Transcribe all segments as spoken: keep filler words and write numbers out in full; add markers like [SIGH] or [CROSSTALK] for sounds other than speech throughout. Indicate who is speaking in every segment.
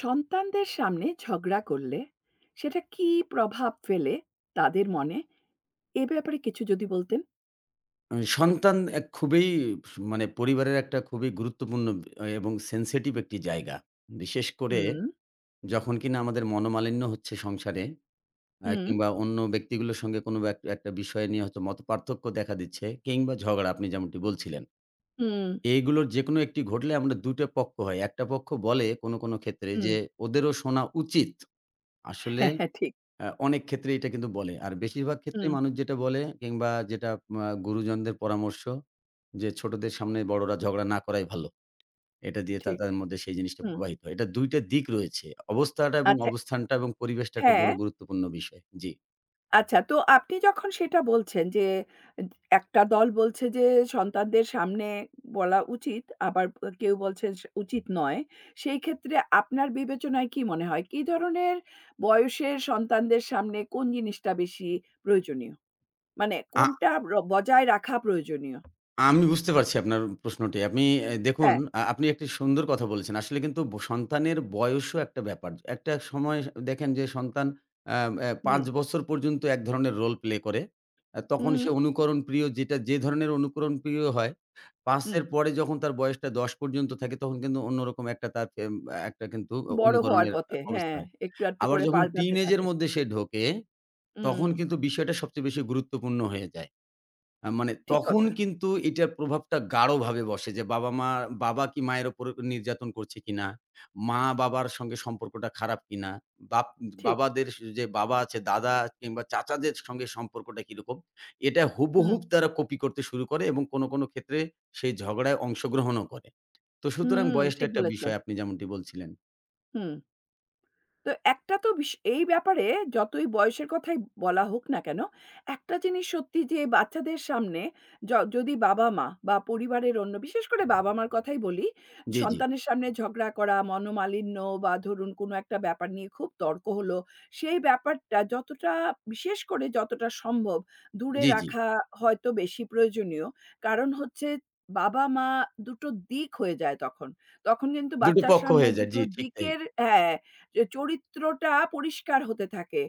Speaker 1: সন্তানদের সামনে ঝগড়া করলে সেটা কী প্রভাব ফেলে তাদের মনে? এ ব্যাপারে কিছু যদি বলতেন?
Speaker 2: আ সন্তান এক খুবই মানে পরিবারের একটা খুবই গুরুত্বপূর্ণ আ এবং সেনসিটিভ একটি জায়গা। বিশেষ করে
Speaker 1: হুম।
Speaker 2: যখন কিনা আমাদের মনোমালিন্য হচ্ছে সংসারে আ
Speaker 1: হুম।
Speaker 2: কিংবা অন্য ব্যক্তিগুলোর সঙ্গে কোনো এক একটা বিষয় নিয়ে হয়তো মতপার্থক্য দেখা দিচ্ছে কিংবা ঝগড়া আপনি যেমনটি বলছিলেন।
Speaker 1: হুম।
Speaker 2: এইগুলোর যেকোনো একটি ঘটলে আমরা দুই টা পক্ষ হয়। একটা পক্ষ বলে কোনো, কোনো ক্ষেত্রে
Speaker 1: হুম।
Speaker 2: যে ওদেরও শোনা উচিত। আসলে
Speaker 1: হ্যাঁ, হ্যাঁ, ঠিক।
Speaker 2: আ অনেক ক্ষেত্রে এটা কিন্তু বলে। আর বেশিরভাগ ক্ষেত্রেই
Speaker 1: হুম।
Speaker 2: মানুষ যেটা বলে কিংবা যেটা আ গুরুজনদের পরামর্শ যে ছোটদের সামনে বড়রা ঝগড়া না করাই ভালো। এটা দিয়ে তা
Speaker 1: ঠিক।
Speaker 2: তাদের মধ্যে সেই জিনিসটা
Speaker 1: হুম।
Speaker 2: প্রবাহিত হয়। এটা দুই টা দিক রয়েছে। অবস্থাটা এবং
Speaker 1: আচ্ছা।
Speaker 2: অবস্থানটা এবং পরিবেশটা একটা
Speaker 1: হ্যাঁ,
Speaker 2: বড় গুরুত্বপূর্ণ বিষয়। জি।
Speaker 1: আচ্ছা, তো আপনি যখন সেটা বলছেন যে এ একটা দল বলছে যে সন্তানদের সামনে বলা উচিত, আবার ব কেউ বলছে স উচিত নয়। সেই ক্ষেত্রে আপনার বিবেচনায় কি মনে হয়? কী ধরনের বয়সের সন্তানদের সামনে কোন জিনিসটা বেশি প্রয়োজনীয়? মানে
Speaker 2: আ
Speaker 1: কোনটা র বজায় রাখা প্রয়োজনীয়।
Speaker 2: আমি বুঝতে পারছি আপনার প্রশ্নটি। আপনি এ দেখুন,
Speaker 1: হ্যাঁ।
Speaker 2: আ আপনি একটি সুন্দর কথা বলেছেন। আসলে কিন্তু ব সন্তানের বয়সও একটা ব্যাপার। একটা সময় দেখেন যে সন্তান আ অ্যা পাঁচ
Speaker 1: হুম।
Speaker 2: বছর পর্যন্ত এক ধরনের রোল প্লে করে। আ তখন
Speaker 1: হুম।
Speaker 2: সে অনুকরণ প্রিয় যেটা যে ধরনের অনুকরণ প্রিয় হয়, পাঁচ
Speaker 1: হুম।
Speaker 2: এর পরে যখন তার বয়সটা দশ পর্যন্ত থাকে তখন কিন্তু অন্যরকম একটা তার এম একটা কিন্তু অ
Speaker 1: বড় হওয়ার
Speaker 2: অনুকরণের আ
Speaker 1: পথে।
Speaker 2: অবস্থা
Speaker 1: হ্যাঁ,
Speaker 2: হয়।
Speaker 1: একটু, একটু
Speaker 2: আবার
Speaker 1: করে
Speaker 2: যখন টিন
Speaker 1: পাল্টাতে
Speaker 2: এজের
Speaker 1: থাকে।
Speaker 2: মধ্যে সে ঢোকে,
Speaker 1: হুম।
Speaker 2: তখন কিন্তু বিষয়টা সবচেয়ে বেশি গুরুত্বপূর্ণ হয়ে যায়। আ মানে
Speaker 1: ঠিক
Speaker 2: তখন
Speaker 1: কথা।
Speaker 2: কিন্তু এটার প্রভাবটা গাঢ়ভাবে বসে যে বাবা-মা, বাবা কি মায়ের উপর নির্যাতন করছে কিনা? মা বাবার সঙ্গে সম্পর্কটা খারাপ কিনা? বাপ
Speaker 1: ঠিক।
Speaker 2: বাবাদের যে বাবা আছে দাদা কিংবা চাচাদের সঙ্গে সম্পর্কটা কিরকম? এটা হুবহু
Speaker 1: হুম।
Speaker 2: তারা কপি করতে শুরু করে এবং কোনো, কোনো ক্ষেত্রে সেই ঝগড়ায় অংশগ্রহণও করে। তো সুতরাং
Speaker 1: হুম।
Speaker 2: বয়সটা
Speaker 1: ঠিক
Speaker 2: একটা
Speaker 1: বলেছেন।
Speaker 2: বিষয় আপনি যেমনটি বলছিলেন।
Speaker 1: হুম। তো একটা তো বিশ এই ব্যাপারে যতই বয়সের কথাই বলা হোক না কেন, একটা জিনিস সত্যি যে বাচ্চাদের সামনে য যদি বাবা-মা বা পরিবারের অন্য বিশেষ করে বাবা-মার কথাই বলি,
Speaker 2: জি, জি,
Speaker 1: সন্তানের সামনে ঝগড়া করা, মনোমালিন্য বা ধরুন কোনো একটা ব্যাপার নিয়ে খুব তর্ক হলো, সেই ব্যাপারটা যতটা বিশেষ করে যতটা সম্ভব দূরে
Speaker 2: জি, জি।
Speaker 1: রাখা হয়তো বেশি প্রয়োজনীয়। কারণ হচ্ছে বাবা-মা দুটো দিক হয়ে যায় তখন। তখন কিন্তু
Speaker 2: দুই টো
Speaker 1: বাচ্চার
Speaker 2: পক্ষ
Speaker 1: সামনে
Speaker 2: হয়ে যায়। জি,
Speaker 1: দুটো
Speaker 2: ঠিক তাই।
Speaker 1: দিকের হ্যাঁ, যে চরিত্রটা পরিষ্কার হতে থাকে।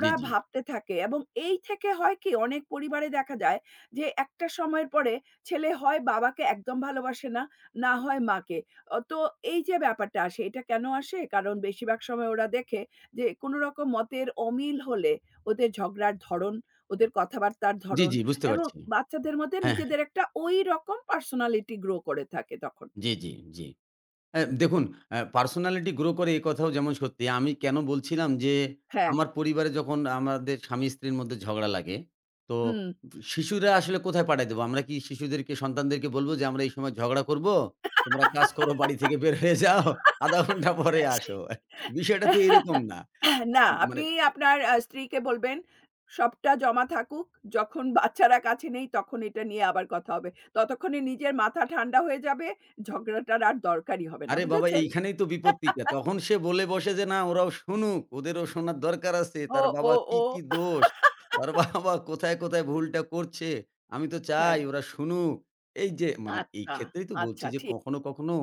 Speaker 2: জি, জি।
Speaker 1: ভাবতে থাকে এবং এই থেকে হয় কি অনেক পরিবারে দেখা যায় যে একটা সময়ের পরে ছেলে হয় বাবাকে একদম ভালোবাসে না, না হয় মাকে। অ তো এই যে ব্যাপারটা আসে এটা কেন আসে? কারণ বেশিরভাগ সময় ওরা দেখে যে কোনো রকম মতের অমিল হলে ওদের ঝগড়ার ধরন, ওদের কথাবার্তার
Speaker 2: জি,
Speaker 1: ধরন
Speaker 2: জি বুঝতে
Speaker 1: এবং
Speaker 2: পারছি।
Speaker 1: বাচ্চাদের মধ্যে
Speaker 2: হ্যাঁ, হ্যাঁ।
Speaker 1: নিজেদের একটা ওই রকম পার্সোনালিটি গ্রো করে থাকে তখন।
Speaker 2: জি, জি, জি। অ্যা দেখুন অ্যা পার্সোনালিটি গ্রো করে এ কথাও যেমন সত্যি। আমি কেন বলছিলাম যে
Speaker 1: হ্যাঁ।
Speaker 2: আমার পরিবারে যখন আমাদের স্বামী-স্ত্রীর মধ্যে ঝগড়া লাগে, তো
Speaker 1: হুম।
Speaker 2: শিশুরা আসলে কোথায় পাঠায় দেব? আমরা কি শিশুদেরকে সন্তানদেরকে বলব যে আমরা এই সময় ঝগড়া করব? তোমরা কাজ করো বাড়ি থেকে বের হয়ে যাও, আধা ঘন্টা পরে আসো। বিষয়টা তো এরকম
Speaker 1: [LAUGHS]
Speaker 2: না। আ
Speaker 1: না,
Speaker 2: মানে
Speaker 1: আপনি আপনার আ স্ত্রীকে বলবেন, সবটা জমা থাকুক। যখন বাচ্চারা কাছে নেই তখন এটা নিয়ে আবার কথা হবে। ততক্ষণে নিজের মাথা ঠান্ডা হয়ে যাবে। ঝগড়াটার আর দরকারই হবে না।
Speaker 2: আরে বাবা
Speaker 1: বুঝেছেন?
Speaker 2: এইখানেই তো বিপত্তিটা। তখন সে বলে বসে যে, "না ওরাও শুনুক, ওদেরও শোনার দরকার আছে।
Speaker 1: ও,
Speaker 2: তার বাবা
Speaker 1: ও,
Speaker 2: কি,
Speaker 1: ও।
Speaker 2: কি দোষ? তার [LAUGHS] বাবা কোথায়, কোথায় ভুলটা করছে? আমি তো
Speaker 1: হ্যাঁ,
Speaker 2: চাই ওরা শুনুক।" এই যে মানে এই
Speaker 1: আচ্ছা,
Speaker 2: ক্ষেত্রেই তো বলছি
Speaker 1: আচ্ছা,
Speaker 2: যে
Speaker 1: ঠিক।
Speaker 2: কখনো, কখনো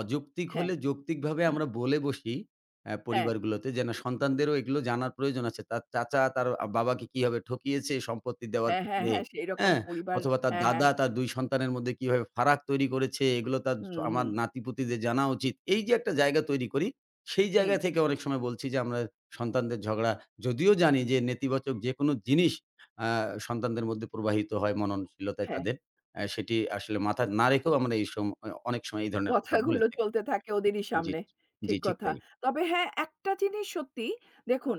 Speaker 2: অযৌক্তিক
Speaker 1: হ্যাঁ,
Speaker 2: হলে যৌক্তিকভাবে আমরা বলে বসি অ্যা
Speaker 1: হ্যাঁ,
Speaker 2: পরিবারগুলোতে যে, "না সন্তানদেরও এগুলো জানার প্রয়োজন আছে। তার চাচা তার আ বাবাকে কিভাবে ঠকিয়েছে সম্পত্তি দেওয়ার
Speaker 1: হ্যাঁ, হ্যাঁ,
Speaker 2: ক্ষেত্রে।"
Speaker 1: হ্যাঁ, সেইরকম
Speaker 2: হ্যাঁ?
Speaker 1: পরিবার।
Speaker 2: অথবা তার
Speaker 1: হ্যাঁ,
Speaker 2: দাদা
Speaker 1: হ্যাঁ।
Speaker 2: তার দুই সন্তানের মধ্যে কিভাবে ফারাক তৈরি করেছে, এগুলো তার
Speaker 1: হুম,
Speaker 2: স- আমার
Speaker 1: হুম,
Speaker 2: নাতি-পুতিদের জানা উচিত। এই যে একটা জায়গা তৈরি করি, সেই
Speaker 1: হুম।
Speaker 2: জায়গা থেকে অনেক সময় বলছি যে আমরা সন্তানদের ঝগড়া যদিও জানি যে নেতিবাচক যেকোনো জিনিস আ সন্তানদের মধ্যে প্রবাহিত হয় মননশীলতায়
Speaker 1: হ্যাঁ,
Speaker 2: তাদের। অ্যা সেটি আসলে মাথায় না রেখেও আমরা এই সম অ অনেক সময় এই ধরনের কথা বলে
Speaker 1: কথাগুলো
Speaker 2: থাকি।
Speaker 1: চলতে থাকে ওদেরই
Speaker 2: জি,
Speaker 1: সামনে।
Speaker 2: জি
Speaker 1: ঠিক
Speaker 2: ঠিক
Speaker 1: কথা।
Speaker 2: তাই।
Speaker 1: তবে হ্যাঁ, একটা জিনিস সত্যি, দেখুন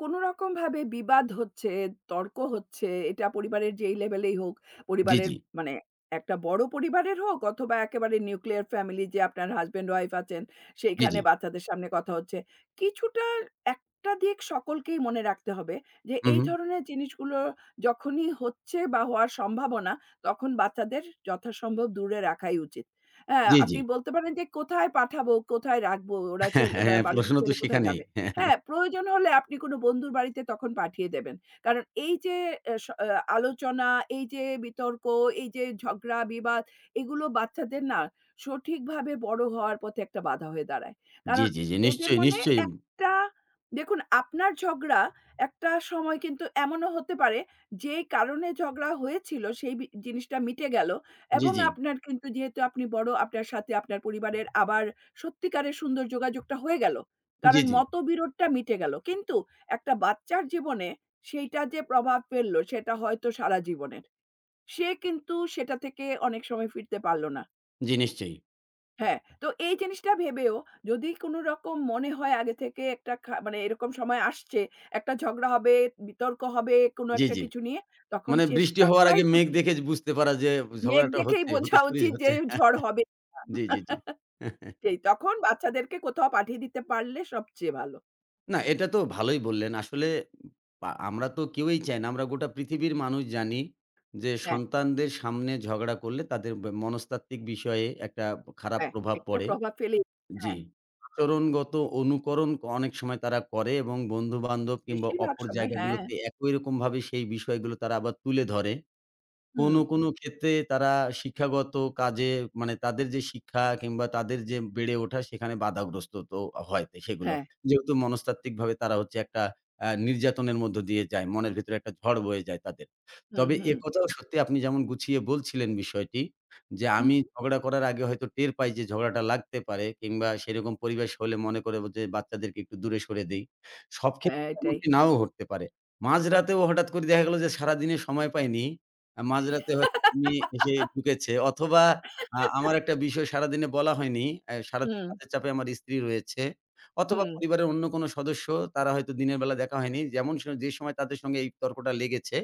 Speaker 1: কোনো রকমভাবে বিবাদ হচ্ছে, তর্ক হচ্ছে, এটা পরিবারের যেই লেভেলেই হোক,
Speaker 2: জি,
Speaker 1: পরিবারের
Speaker 2: জি,
Speaker 1: মানে একটা বড় পরিবারের হোক অথবা একেবারে নিউক্লিয়ার ফ্যামিলি যে আপনার হাসব্যান্ড ওয়াইফ আছেন,
Speaker 2: জি,
Speaker 1: সেইখানে
Speaker 2: জি।
Speaker 1: বাচ্চাদের সামনে কথা হচ্ছে। কিছুটা একটা দিক সকলকেই মনে রাখতে হবে যে
Speaker 2: হু,
Speaker 1: এই
Speaker 2: হু।
Speaker 1: ধরনের জিনিসগুলো যখনই হচ্ছে বা হওয়ার সম্ভাবনা, তখন বাচ্চাদের যথাসম্ভব দূরে রাখাই উচিত। হ্যাঁ,
Speaker 2: জি, জি।
Speaker 1: আপনি বলতে পারেন যে কোথায় পাঠাবো, কোথায় রাখবো? ওরা
Speaker 2: [LAUGHS] হ্যাঁ,
Speaker 1: ছেলে বা
Speaker 2: হ্যাঁ,
Speaker 1: বাড়ি
Speaker 2: প্রশ্ন তো
Speaker 1: ছেড়ে কোথায়
Speaker 2: সেখানেই।
Speaker 1: যাবে?
Speaker 2: [LAUGHS]
Speaker 1: হ্যাঁ, প্রয়োজন হলে আপনি কোনো বন্ধুর বাড়িতে তখন পাঠিয়ে দেবেন। কারণ এই যে এ স আ আলোচনা, এই যে বিতর্ক, এই যে ঝগড়া, বিবাদ এগুলো বাচ্চাদের না সঠিকভাবে বড় হওয়ার পথে একটা বাধা হয়ে দাঁড়ায়।
Speaker 2: জি,
Speaker 1: কারণ
Speaker 2: জি, জি।
Speaker 1: এদের
Speaker 2: নিশ্চয়ই,
Speaker 1: মনে
Speaker 2: নিশ্চয়ই।
Speaker 1: একটা দেখুন আপনার ঝগড়া একটা সময় কিন্তু এমনও হতে পারে যেই কারণে ঝগড়া হয়েছিল সেই বি জিনিসটা মিটে গেল
Speaker 2: জি,
Speaker 1: এবং
Speaker 2: জি।
Speaker 1: আপনার কিন্তু যেহেতু আপনি বড় আপনার সাথে আপনার পরিবারের আবার সত্যিকারের সুন্দর যোগাযোগটা হয়ে গেল।
Speaker 2: জি,
Speaker 1: কারণ
Speaker 2: জি।
Speaker 1: মতবিরোধটা মিটে গেল। কিন্তু একটা বাচ্চার জীবনে সেইটা যে প্রভাব ফেললো সেটা হয়তো সারা জীবনের। সে কিন্তু সেটা থেকে অনেক সময় ফিরতে পারল না।
Speaker 2: জি, নিশ্চয়ই।
Speaker 1: হ্যাঁ, তো এই জিনিসটা ভেবেও যদি কোনো রকম মনে হয় আগে থেকে একটা খা মানে এরকম সময় আসছে, একটা ঝগড়া হবে, বিতর্ক হবে কোনো
Speaker 2: জি,
Speaker 1: একটা
Speaker 2: জি।
Speaker 1: কিছু নিয়ে, তখন
Speaker 2: মানে বৃষ্টি
Speaker 1: চেষ্টা
Speaker 2: হওয়ার
Speaker 1: করাই
Speaker 2: আগে মেঘ
Speaker 1: উচিত।
Speaker 2: দেখে বুঝতে পারা যে
Speaker 1: মেঘ
Speaker 2: ঝগড়াটা
Speaker 1: দেখেই
Speaker 2: হচ্ছে, হতে
Speaker 1: বোঝা
Speaker 2: শুরু
Speaker 1: উচিত যে
Speaker 2: হচ্ছে।
Speaker 1: ঝড় হবে না।
Speaker 2: জি, জি, জি।
Speaker 1: সেই তখন বাচ্চাদেরকে কোথাও পাঠিয়ে দিতে পারলে সবচেয়ে ভালো।
Speaker 2: না এটা তো ভালোই বললেন। আসলে আ আমরা তো কেউই চাই না। আমরা গোটা পৃথিবীর মানুষ জানি যে
Speaker 1: হ্যাঁ,
Speaker 2: সন্তানদের সামনে ঝগড়া করলে তাদের ব মনস্তাত্ত্বিক বিষয়ে একটা খারাপ
Speaker 1: হ্যাঁ,
Speaker 2: প্রভাব
Speaker 1: একটা
Speaker 2: পড়ে।
Speaker 1: প্রভাব ফেলেই।
Speaker 2: জি।
Speaker 1: হ্যাঁ।
Speaker 2: আচরণগত অনুকরণ অনেক সময় তারা করে এবং বন্ধু-বান্ধব কিংবা
Speaker 1: বেশিরভাগ
Speaker 2: অপর
Speaker 1: সময় হ্যাঁ।
Speaker 2: জায়গাগুলোতে একই রকমভাবে সেই বিষয়গুলো তারা আবার তুলে ধরে।
Speaker 1: হুম,
Speaker 2: কোনো, কোনো ক্ষেত্রে তারা শিক্ষাগত কাজে মানে তাদের যে শিক্ষা কিংবা তাদের যে বেড়ে ওঠা সেখানে বাধাগ্রস্ত তো হয় তে সেগুলো।
Speaker 1: হ্যাঁ।
Speaker 2: যেহেতু মনস্তাত্ত্বিকভাবে তারা হচ্ছে একটা আ নির্যাতনের মধ্য দিয়ে যায়। মনের ভেতরে একটা ঝড় বয়ে যায় তাদের।
Speaker 1: হুম,
Speaker 2: তবে
Speaker 1: হুম।
Speaker 2: একথাও সত্যি আপনি যেমন গুছিয়ে বলছিলেন বিষয়টি যে,
Speaker 1: উম
Speaker 2: আমি ঝগড়া করার আগে হয়তো টের পাই যে ঝগড়াটা লাগতে পারে কিংবা সেরকম পরিবেশ হলে মনে করে যে বাচ্চাদেরকে একটু দূরে সরে দেই। সব ক্ষেত্রে
Speaker 1: হ্যাঁ, এটাই।
Speaker 2: এমনটি নাও ঘটতে পারে। মাঝরাতেও হঠাৎ করে দেখা গেল যে সারাদিনে সময় পাইনি আ মাঝরাতে হয়তো তুমি এসে ঢুকেছে অথবা আ আমার একটা বিষয় সারাদিনে বলা হয়নি। অ্যা সারাদিন
Speaker 1: হুম,
Speaker 2: কাজের চাপে আমার স্ত্রী রয়েছে অথবা
Speaker 1: হুম,
Speaker 2: পরিবারের অন্য কোনো সদস্য তারা হয়তো দিনের বেলা দেখা হয়নি। যেমন স যে সময় তাদের সঙ্গে এই তর্কটা লেগেছে,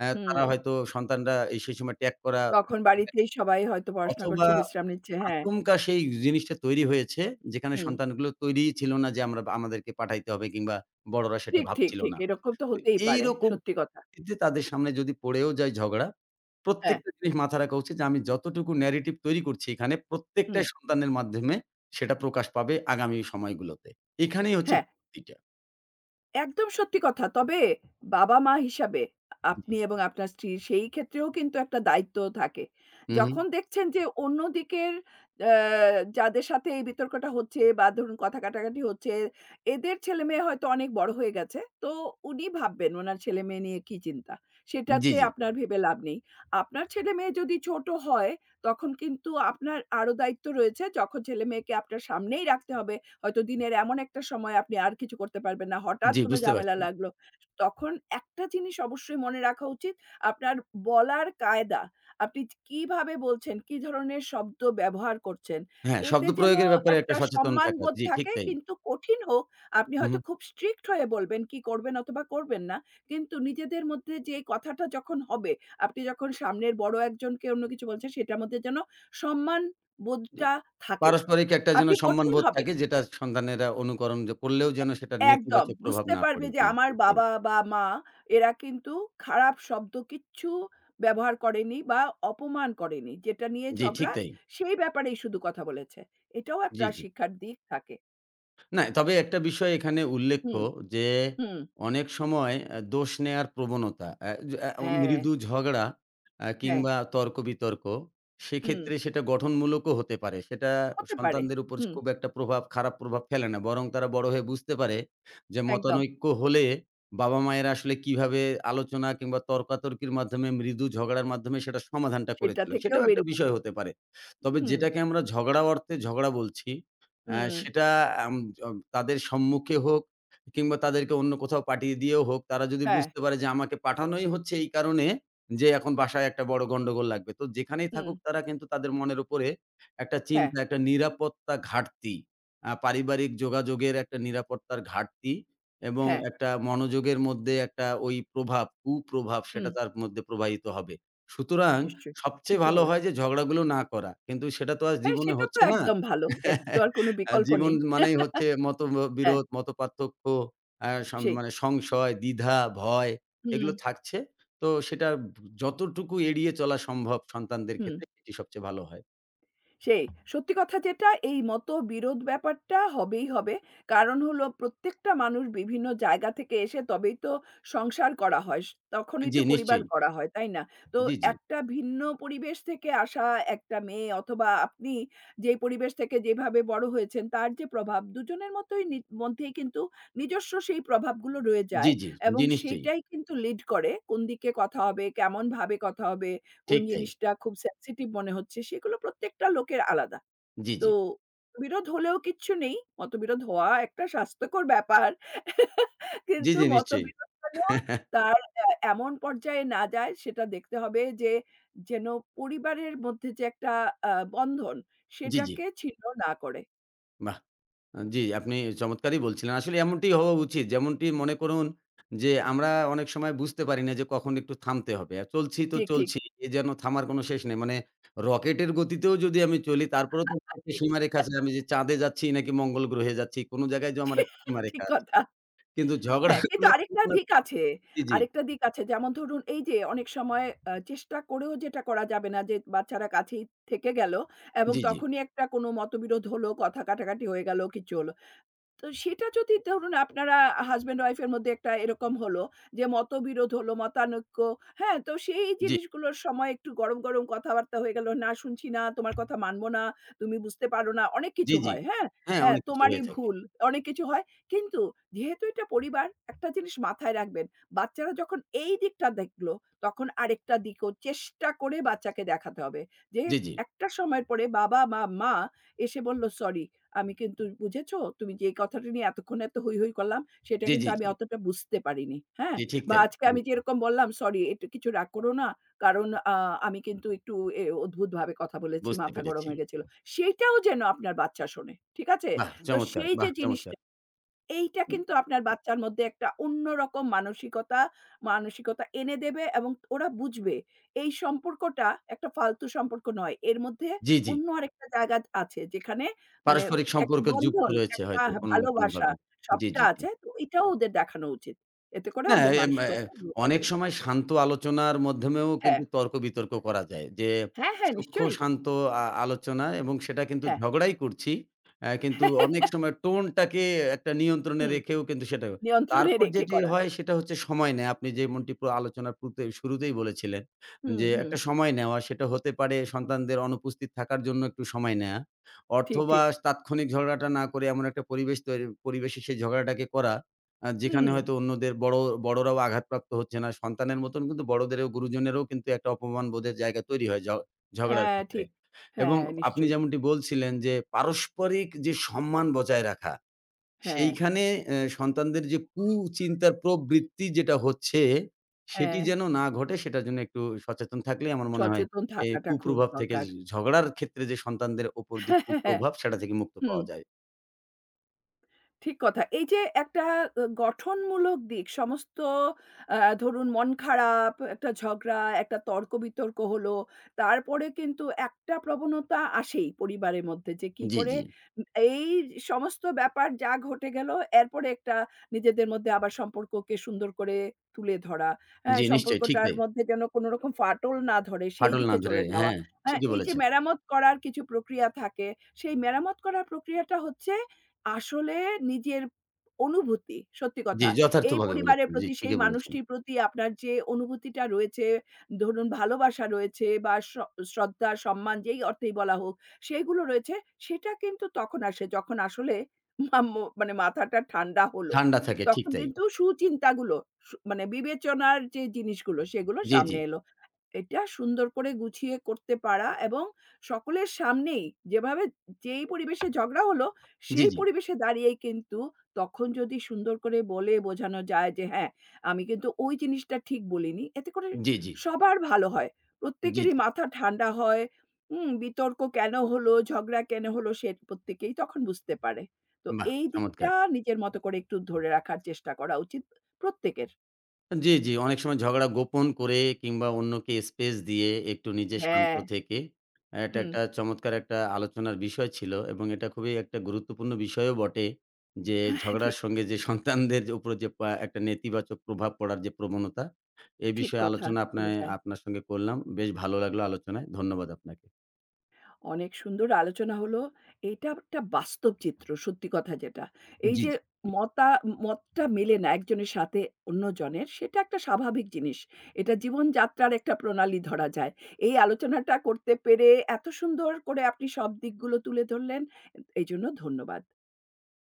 Speaker 2: অ্যা তারা
Speaker 1: হুম।
Speaker 2: হয়তো সন্তানরা এই সেই সময় ট্যাগ করা
Speaker 1: তখন
Speaker 2: [UNINTELLIGIBLE]
Speaker 1: বাড়িতেই সবাই হয়তো পড়াশোনা
Speaker 2: অথবা
Speaker 1: করছে, বিশ্রাম নিচ্ছে। হ্যাঁ,
Speaker 2: আচমকা সেই জিনিসটা তৈরি হয়েছে যেখানে
Speaker 1: হুম।
Speaker 2: সন্তানগুলো তৈরিই ছিল না যে আমরা আমাদেরকে পাঠাইতে হবে কিংবা বড়রা সেটা
Speaker 1: ঠিক, ঠিক,
Speaker 2: ভাবছিল
Speaker 1: ঠিক।
Speaker 2: না।
Speaker 1: এরকম তো
Speaker 2: তো
Speaker 1: হতেই পারে।
Speaker 2: এইরকম
Speaker 1: সত্যি কথা।
Speaker 2: যে তাদের সামনে যদি পড়েও যায় ঝগড়া,
Speaker 1: হ্যাঁ,
Speaker 2: প্রত্যেকটা জিনিস মাথায় রাখা উচিত যে আমি যতটুকু narrative তৈরি করছি এখানে
Speaker 1: হুম,
Speaker 2: প্রত্যেকটাই সন্তানের মাধ্যমে সেটা প্রকাশ পাবে আগামী সময়গুলোতে। এখানেই হচ্ছে
Speaker 1: হ্যাঁ।
Speaker 2: যুক্তিটা।
Speaker 1: একদম সত্যি কথা। তবে বাবা-মা হিসাবে
Speaker 2: জি,
Speaker 1: আপনি
Speaker 2: জি।
Speaker 1: এবং আপনার স্ত্রীর সেই ক্ষেত্রেও কিন্তু একটা দায়িত্ব থাকে।
Speaker 2: হু, হু।
Speaker 1: যখন দেখছেন যে অন্য দিকের আ যাদের সাথে এই বিতর্কটা হচ্ছে বা ধরুন কথা কাটাকাটি হচ্ছে, এদের ছেলেমেয়ে হয়তো অনেক বড় হয়ে গেছে। তো উনি ভাববেন উনার ছেলেমেয়ে নিয়ে কি চিন্তা।
Speaker 2: জি,
Speaker 1: সেটাতে
Speaker 2: জি।
Speaker 1: আপনার ভেবে লাভ নেই। আপনার ছেলেমেয়ে যদি ছোট হয় তখন কিন্তু আপনার আরো দায়িত্ব রয়েছে। যখন ছেলেমেয়েকে আপনার সামনেই রাখতে হবে হয়তো দিনের এমন একটা সময় আপনি আর কিছু করতে পারবেন না। হঠাৎ
Speaker 2: জি,
Speaker 1: কোনো
Speaker 2: বুঝতে
Speaker 1: ঝামেলা
Speaker 2: পারছি।
Speaker 1: লাগলো। তখন একটা জিনিস অবশ্যই মনে রাখা উচিত, আপনার বলার কায়দা। আপনি কিভাবে বলছেন, কি ধরনের শব্দ ব্যবহার করছেন।
Speaker 2: হ্যাঁ,
Speaker 1: এতে
Speaker 2: শব্দ
Speaker 1: যেন
Speaker 2: প্রয়োগের ব্যাপারে একটা
Speaker 1: একটা
Speaker 2: সচেতন থাকা।
Speaker 1: সম্মানবোধ
Speaker 2: জি, ঠিক
Speaker 1: থাকে
Speaker 2: তাই।
Speaker 1: কিন্তু কঠিন হোক, আপনি
Speaker 2: হু, হু।
Speaker 1: হয়তো খুব স্ট্রিক্ট হয়ে বলবেন কি করবেন অথবা করবেন না। কিন্তু নিজেদের মধ্যে যে এই কথাটা যখন হবে, আপনি যখন সামনের বড় একজনকে অন্য কিছু বলছেন সেটার মধ্যে যেন সম্মান
Speaker 2: যে
Speaker 1: বোধটা থাকে।
Speaker 2: পারস্পরিক একটা যেন
Speaker 1: আপনি কঠিন
Speaker 2: সম্মানবোধ
Speaker 1: হবেন
Speaker 2: থাকে
Speaker 1: না।
Speaker 2: যেটা সন্তানেরা অনুকরণ যে করলেও যেন সেটার
Speaker 1: একদম।
Speaker 2: নেতিবাচক প্রভাব
Speaker 1: বুঝতে
Speaker 2: না
Speaker 1: পারবে
Speaker 2: পড়ে।
Speaker 1: যে
Speaker 2: জি,
Speaker 1: আমার
Speaker 2: ঠিক তাই।
Speaker 1: বাবা বা মা এরা কিন্তু খারাপ শব্দ কিচ্ছু ব্যবহার করেনি বা অপমান করেনি। যেটা নিয়ে
Speaker 2: জি, ঠিক
Speaker 1: ঝগড়া
Speaker 2: তাই।
Speaker 1: সেই ব্যাপারেই শুধু কথা বলেছে। এটাও
Speaker 2: জি,
Speaker 1: একটা
Speaker 2: জি।
Speaker 1: শিক্ষার দিক থাকে।
Speaker 2: না, তবে একটা বিষয় এখানে উল্লেখ্য
Speaker 1: হুম,
Speaker 2: যে,
Speaker 1: হুম।
Speaker 2: অনেক সময় আ দোষ নেয়ার প্রবণতা, আ যে আ
Speaker 1: হ্যাঁ,
Speaker 2: মৃদু ঝগড়া আ
Speaker 1: হ্যাঁ।
Speaker 2: কিংবা তর্ক-বিতর্ক,
Speaker 1: হুম।
Speaker 2: সেক্ষেত্রে সেটা গঠনমূলকও হতে পারে। সেটা
Speaker 1: হতে পারে।
Speaker 2: সন্তানদের উপর
Speaker 1: হুম,
Speaker 2: খুব একটা প্রভাব খারাপ প্রভাব ফেলে না। বরং তারা বড় হয়ে বুঝতে পারে যে,
Speaker 1: একদম।
Speaker 2: মতানৈক্য হলে বাবা-মায়েরা আসলে কিভাবে আলোচনা কিংবা তর্কাতর্কির মাধ্যমে মৃদু ঝগড়ার মাধ্যমে সেটা সমাধানটা
Speaker 1: সেটা
Speaker 2: করেছিল।
Speaker 1: থেকেও
Speaker 2: সেটাও একটা
Speaker 1: বেরিয়ে।
Speaker 2: বিষয় হতে পারে। তবে
Speaker 1: হুম,
Speaker 2: যেটাকে আমরা ঝগড়া অর্থে ঝগড়া বলছি অ্যা
Speaker 1: হুম।
Speaker 2: সেটা আম অম তাদের সম্মুখে হোক কিংবা তাদেরকে অন্য কোথাও পাঠিয়ে দিয়েও হোক, তারা যদি
Speaker 1: হ্যাঁ,
Speaker 2: বুঝতে পারে যে আমাকে পাঠানোই হচ্ছে এই কারণে যে এখন বাসায় একটা বড় গন্ডগোল লাগবে। তো যেখানেই
Speaker 1: হুম।
Speaker 2: থাকুক তারা কিন্তু তাদের মনের উপরে একটা
Speaker 1: হ্যাঁ,
Speaker 2: চিন্তা, একটা নিরাপত্তা ঘাটতি, আ পারিবারিক যোগাযোগের একটা নিরাপত্তার ঘাটতি এবং
Speaker 1: হ্যাঁ।
Speaker 2: একটা মনোযোগের মধ্যে একটা ওই প্রভাব, কুপ্রভাব সেটা
Speaker 1: হুম,
Speaker 2: তার মধ্যে প্রবাহিত হবে। সুতরাং
Speaker 1: নিশ্চয়ই।
Speaker 2: সবচেয়ে
Speaker 1: ঠিকই
Speaker 2: ভালো হয়
Speaker 1: বলেছে।
Speaker 2: যে ঝগড়াগুলো না করা। কিন্তু সেটা তো আর
Speaker 1: হ্যাঁ,
Speaker 2: জীবনে
Speaker 1: সেটা তো
Speaker 2: হচ্ছে না।
Speaker 1: একদম ভালো। এর তো
Speaker 2: [LAUGHS]
Speaker 1: আর কোনো
Speaker 2: আ
Speaker 1: বিকল্প
Speaker 2: জীবন
Speaker 1: নেই।
Speaker 2: মানেই হচ্ছে
Speaker 1: হ্যাঁ,
Speaker 2: মতবিরোধ, মতপার্থক্য, আ সম
Speaker 1: সেই।
Speaker 2: মানে সংশয়, দ্বিধা, ভয়
Speaker 1: হুম,
Speaker 2: এগুলো থাকছে। তো সেটা যতটুকু এড়িয়ে চলা সম্ভব সন্তানদের
Speaker 1: হুম।
Speaker 2: ক্ষেত্রে সেটি সবচেয়ে ভালো হয়।
Speaker 1: সেই। সত্যি কথা যেটা এই মতবিরোধ ব্যাপারটা হবেই হবে। কারণ হলো প্রত্যেকটা মানুষ বিভিন্ন জায়গা থেকে এসে তবেই তো সংসার করা হয়। স তখনই
Speaker 2: জি,
Speaker 1: তো পরিবার
Speaker 2: নিশ্চয়ই।
Speaker 1: গড়া হয়, তাই না? তো
Speaker 2: জি, জি।
Speaker 1: একটা ভিন্ন পরিবেশ থেকে আসা একটা মেয়ে অথবা আপনি যেই পরিবেশ থেকে যেভাবে বড় হয়েছেন তার যে প্রভাব দুজনের মতোই নি মধ্যেই কিন্তু নিজস্ব সেই প্রভাবগুলো রয়ে
Speaker 2: জি,
Speaker 1: যায়
Speaker 2: জি।
Speaker 1: এবং
Speaker 2: জি, নিশ্চয়ই।
Speaker 1: সেটাই কিন্তু লিড করে কোন দিকে কথা হবে, কেমনভাবে কথা হবে কোন
Speaker 2: ঠিক তাই।
Speaker 1: জিনিসটা খুব sensitive মনে হচ্ছে সেগুলো প্রত্যেকটা লোকের আলাদা।
Speaker 2: জি, জি।
Speaker 1: তো মতবিরোধ হলেও কিচ্ছু নেই। মতবিরোধ হওয়া একটা স্বাস্থ্যকর ব্যাপার।
Speaker 2: জি,
Speaker 1: কিন্তু
Speaker 2: জি, নিশ্চয়ই।
Speaker 1: মতবিরোধ যেন
Speaker 2: [LAUGHS]
Speaker 1: তার অ্যা এমন পর্যায়ে না যায় সেটা দেখতে হবে যে যেন পরিবারের মধ্যে যে একটা আ বন্ধন
Speaker 2: জি, জি।
Speaker 1: সেটাকে ছিন্ন না করে।
Speaker 2: বাহ! আ জি, আপনি চমৎকারই বলছিলেন। আসলে এমনটি হওয়া উচিত। যেমনটি মনে করুন যে, আমরা অনেক সময় বুঝতে পারি না যে, কখন একটু থামতে হবে। আর চলছি তো
Speaker 1: ঠিক, ঠিক,
Speaker 2: চলছি। এ যেন থামার কোনো শেষ নেই। মানে রকেটের গতিতেও যদি আমি চলি তারপরেও তো একটা
Speaker 1: ঠিক, ঠিক,
Speaker 2: সীমারেখা আছে। আমি যে, চাঁদে যাচ্ছি নাকি মঙ্গল গ্রহে যাচ্ছি, কোনো জায়গায় যে, আমার একটা
Speaker 1: ঠিক
Speaker 2: সীমারেখা আছে।
Speaker 1: কথা।
Speaker 2: কিন্তু
Speaker 1: হ্যাঁ, কিন্তু
Speaker 2: ঝগড়াগুলো কোনো
Speaker 1: আরেকটা
Speaker 2: না
Speaker 1: দিক
Speaker 2: কোনো-
Speaker 1: আছে।
Speaker 2: জি, জি,
Speaker 1: আরেকটা দিক আছে। যেমন ধরুন এই যে অনেক সময় আ চেষ্টা করেও যেটা করা যাবে না যে বাচ্চারা কাছেই থেকে গেল এবং
Speaker 2: জি, জি,
Speaker 1: তখনই একটা কোনো মতবিরোধ হলো, কথা কাটাকাটি হয়ে গেল, কিছু হলো। তো সেটা যদি ধরুন আপনারা হাসব্যান্ড ওয়াইফ এর মধ্যে একটা এরকম হলো যে মতবিরোধ হলো, মতানৈক্য, হ্যাঁ? তো সেই
Speaker 2: জি,
Speaker 1: জিনিসগুলোর সময় একটু গরম, গরম কথাবার্তা হয়ে গেল, "না শুনছি না, তোমার কথা মানব না, তুমি বুঝতে পারো না।" অনেক
Speaker 2: জি,
Speaker 1: কিছু
Speaker 2: জি।
Speaker 1: হয়, হ্যাঁ?
Speaker 2: হ্যাঁ,
Speaker 1: হ্যাঁ,
Speaker 2: অনেক কিছু হয়ে
Speaker 1: "তোমারই
Speaker 2: থাকে।
Speaker 1: ভুল।" অনেক কিছু হয়। কিন্তু যেহেতু এটা পরিবার, একটা জিনিস মাথায় রাখবেন, বাচ্চারা যখন এই দিকটা দেখলো, তখন আরেকটা দিকও চেষ্টা করে বাচ্চাকে দেখাতে হবে যে,
Speaker 2: জি, জি,
Speaker 1: একটা সময়ের পরে বাবা বা মা এসে বলল, "সরি। আমি কিন্তু বুঝেছো? তুমি যে কথাটা নিয়ে এতক্ষণ এত হৈ, হৈ করলাম সেটা
Speaker 2: জি,
Speaker 1: কিন্তু
Speaker 2: জি,
Speaker 1: আমি
Speaker 2: জি,
Speaker 1: অতটা বুঝতে পারিনি। হ্যাঁ?
Speaker 2: জি, ঠিক
Speaker 1: বা
Speaker 2: তাই।
Speaker 1: আজকে
Speaker 2: জি,
Speaker 1: আমি যেরকম বললাম, "সরি এটা কিছু রাগ করো না। কারণ আ আমি কিন্তু একটু এ অদ্ভুতভাবে কথা বলেছি।
Speaker 2: বুঝতে
Speaker 1: মাথা গরম
Speaker 2: পেরেছি।
Speaker 1: হয়ে গেছিল।" সেইটাও যেন আপনার বাচ্চা শোনে। ঠিক আছে?
Speaker 2: বাহ!
Speaker 1: তো
Speaker 2: চমৎকার,
Speaker 1: সেই যে
Speaker 2: বাহ! চমৎকার।
Speaker 1: জিনিসটা এইটা কিন্তু আপনার বাচ্চার মধ্যে একটা অন্যরকম মানসিকতা মানসিকতা এনে দেবে এবং ওরা বুঝবে এই সম্পর্কটা একটা ফালতু সম্পর্ক নয়। এর মধ্যে
Speaker 2: জি, জি।
Speaker 1: অন্য আরেকটা জায়গা আছে যেখানে মানে
Speaker 2: পারস্পরিক
Speaker 1: একটা
Speaker 2: সম্পর্ক যুক্ত
Speaker 1: বন্ধন,
Speaker 2: রয়েছে
Speaker 1: একটা
Speaker 2: হয়তো কোনো না
Speaker 1: ভালোবাসা
Speaker 2: কোনোভাবে। জি,
Speaker 1: সবটা
Speaker 2: জি, জি।
Speaker 1: আছে। তো এটাও ওদের দেখানো উচিত। এতে করে
Speaker 2: না,
Speaker 1: ওদের
Speaker 2: এম এ
Speaker 1: মানসিকতা গ্রো
Speaker 2: অনেক
Speaker 1: হবে।
Speaker 2: সময় শান্ত আলোচনার মাধ্যমেও
Speaker 1: হ্যাঁ,
Speaker 2: কিন্তু তর্ক-বিতর্ক করা যায়। যে
Speaker 1: হ্যাঁ, হ্যাঁ
Speaker 2: সূক্ষ্ম
Speaker 1: নিশ্চয়ই।
Speaker 2: শান্ত আ আলোচনা এবং সেটা কিন্তু
Speaker 1: হ্যাঁ,
Speaker 2: ঝগড়াই করছি। অ্যা কিন্তু অনেক সময় টোনটাকে একটা নিয়ন্ত্রণে
Speaker 1: হুম,
Speaker 2: রেখেও কিন্তু সেটা
Speaker 1: নিয়ন্ত্রণে
Speaker 2: তারপর
Speaker 1: রেখে
Speaker 2: যেটি
Speaker 1: করা।
Speaker 2: হয় সেটা হচ্ছে সময় নেয়া। আপনি যেমনটি প্র আলোচনার পুরুতে শুরুতেই বলেছিলেন
Speaker 1: হুম,
Speaker 2: যে
Speaker 1: হুম।
Speaker 2: একটা সময় নেওয়া। সেটা হতে পারে সন্তানদের অনুপস্থিত থাকার জন্য একটু সময় নেয়া।
Speaker 1: ঠিক,
Speaker 2: অথবা
Speaker 1: ঠিক।
Speaker 2: তাৎক্ষণিক ঝগড়াটা না করে এমন একটা পরিবেশ তৈরি পরিবেশে সেই ঝগড়াটাকে করা। আ যেখানে
Speaker 1: হুম,
Speaker 2: হয়তো অন্যদের বড় বড়রাও আঘাতপ্রাপ্ত হচ্ছে না। সন্তানের মতন কিন্তু বড়দেরও গুরুজনেরও কিন্তু একটা অপমান বোধের জায়গা তৈরি হয় ঝ ঝগড়ার
Speaker 1: হ্যাঁ
Speaker 2: ক্ষেত্রে।
Speaker 1: ঠিক।
Speaker 2: এবং
Speaker 1: হ্যাঁ
Speaker 2: আপনি
Speaker 1: নিশ্চয়ই।
Speaker 2: যেমনটি বলছিলেন যে পারস্পরিক যে সম্মান বজায় রাখা,
Speaker 1: হ্যাঁ,
Speaker 2: সেইখানে এ সন্তানদের যে কুচিন্তার প্রবৃত্তি যেটা হচ্ছে, সেটি
Speaker 1: হ্যাঁ।
Speaker 2: যেন না ঘটে সেটার জন্য একটু সচেতন থাকলেই আমার মনে হয়
Speaker 1: সচেতন
Speaker 2: এই
Speaker 1: থাকাটা খুব
Speaker 2: কুপ্রভাব থেকে ঝ
Speaker 1: দরকার।
Speaker 2: ঝগড়ার ক্ষেত্রে যে সন্তানদের উপর
Speaker 1: [LAUGHS]
Speaker 2: যে
Speaker 1: হ্যাঁ, হ্যাঁ, হ্যাঁ।
Speaker 2: কুপ্রভাব সেটা থেকে মুক্ত
Speaker 1: হুম।
Speaker 2: পাওয়া যায়।
Speaker 1: ঠিক কথা। এই যে একটা আ গঠনমূলক দিক সমস্ত আ ধরুন মন খারাপ, একটা ঝগড়া, একটা তর্ক-বিতর্ক হলো। তারপরে কিন্তু একটা প্রবণতা আসেই পরিবারের মধ্যে যে কি
Speaker 2: জি,
Speaker 1: করে
Speaker 2: জি।
Speaker 1: উ এই সমস্ত ব্যাপার যা ঘটে গেল এরপরে একটা নিজেদের মধ্যে আবার সম্পর্ককে সুন্দর করে তুলে ধরা। হ্যাঁ,
Speaker 2: জি নিশ্চয়ই ঠিক
Speaker 1: সম্পর্কটার
Speaker 2: তাই।
Speaker 1: মধ্যে যেন কোনো রকম ফাটল না ধরে সেই
Speaker 2: ফাটল না
Speaker 1: দিকে
Speaker 2: ধরে,
Speaker 1: চলে যাওয়া।
Speaker 2: হ্যাঁ
Speaker 1: হ্যাঁ,
Speaker 2: ঠিকই
Speaker 1: এই যে
Speaker 2: বলেছেন।
Speaker 1: মেরামত করার কিছু প্রক্রিয়া থাকে সেই মেরামত করার প্রক্রিয়াটা হচ্ছে আসলে নিজের অনুভূতি, সত্যি
Speaker 2: জি,
Speaker 1: কথা। এই
Speaker 2: যথার্থভাবে
Speaker 1: পরিবারের
Speaker 2: বলেছেন। জি,
Speaker 1: প্রতি, সেই
Speaker 2: ঠিকই বলেছেন।
Speaker 1: মানুষটির প্রতি আপনার যে অনুভূতিটা রয়েছে, ধরুন ভালোবাসা রয়েছে বা শ্র শ্রদ্ধা, সম্মান যেই অর্থেই বলা হোক, সেগুলো রয়েছে, সেটা কিন্তু তখন আসে যখন আসলে মাম মানে মাথাটা ঠান্ডা হলো।
Speaker 2: ঠান্ডা থাকে ঠিক
Speaker 1: তখন
Speaker 2: তাই।
Speaker 1: কিন্তু সুচিন্তাগুলো সু মানে বিবেচনার যে জিনিসগুলো, সেগুলো
Speaker 2: জি, জি,
Speaker 1: সামনে এলো। এটা সুন্দর করে গুছিয়ে করতে পারা এবং সকলের সামনেই যেভাবে যেই পরিবেশে ঝগড়া হলো
Speaker 2: জি,
Speaker 1: সেই
Speaker 2: জি,
Speaker 1: পরিবেশে দাঁড়িয়েই কিন্তু তখন যদি সুন্দর করে বলে বোঝানো যায় যে, "হ্যাঁ, আমি কিন্তু ওই জিনিসটা ঠিক বলিনি।" এতে করে
Speaker 2: জি, জি,
Speaker 1: সবার ভালো হয়।
Speaker 2: জি,
Speaker 1: প্রত্যেকেরই
Speaker 2: জি।
Speaker 1: মাথা ঠান্ডা হয়। হুম, বিতর্ক কেন হলো, ঝগড়া কেন হলো সে প্রত্যেকেই তখন বুঝতে পারে। তো
Speaker 2: বাহ!
Speaker 1: এই
Speaker 2: চমৎকার।
Speaker 1: দিকটা নিজের মতো করে একটু ধরে রাখার চেষ্টা করা উচিত প্রত্যেকের।
Speaker 2: জি, জি, অনেক সময় ঝগড়া গোপন করে কিংবা অন্যকে স্পেস দিয়ে একটু নিজে শান্ত
Speaker 1: হ্যাঁ,
Speaker 2: থেকে এটা
Speaker 1: হুম,
Speaker 2: একটা চমৎকার একটা আলোচনার বিষয় ছিল এবং এটা খুবই একটা গুরুত্বপূর্ণ বিষয়ও বটে যে ঝগড়ার
Speaker 1: ঠিক,
Speaker 2: সঙ্গে যে সন্তানদের উপর যে পা একটা নেতিবাচক প্রভাব পড়ার যে প্রবণতা, এ
Speaker 1: ঠিক
Speaker 2: বিষয়ে
Speaker 1: কথা
Speaker 2: আলোচনা
Speaker 1: বলা
Speaker 2: আপনায়
Speaker 1: যায়।
Speaker 2: আপনার সঙ্গে করলাম। বেশ ভালো লাগলো আলোচনায়। ধন্যবাদ আপনাকে।
Speaker 1: অনেক সুন্দর আলোচনা হলো। এইটা একটা বাস্তব চিত্র সত্যি কথা যেটা। এই
Speaker 2: জি,
Speaker 1: যে
Speaker 2: জি।
Speaker 1: মতা মতটা মেলে না একজনের সাথে অন্যজনের সেটা একটা স্বাভাবিক জিনিস। এটা জীবনযাত্রার একটা প্রণালী ধরা যায়। এই আলোচনাটা করতে পেরে এত সুন্দর করে আপনি সব দিকগুলো তুলে ধরলেন। এ এইজন্য ধন্যবাদ।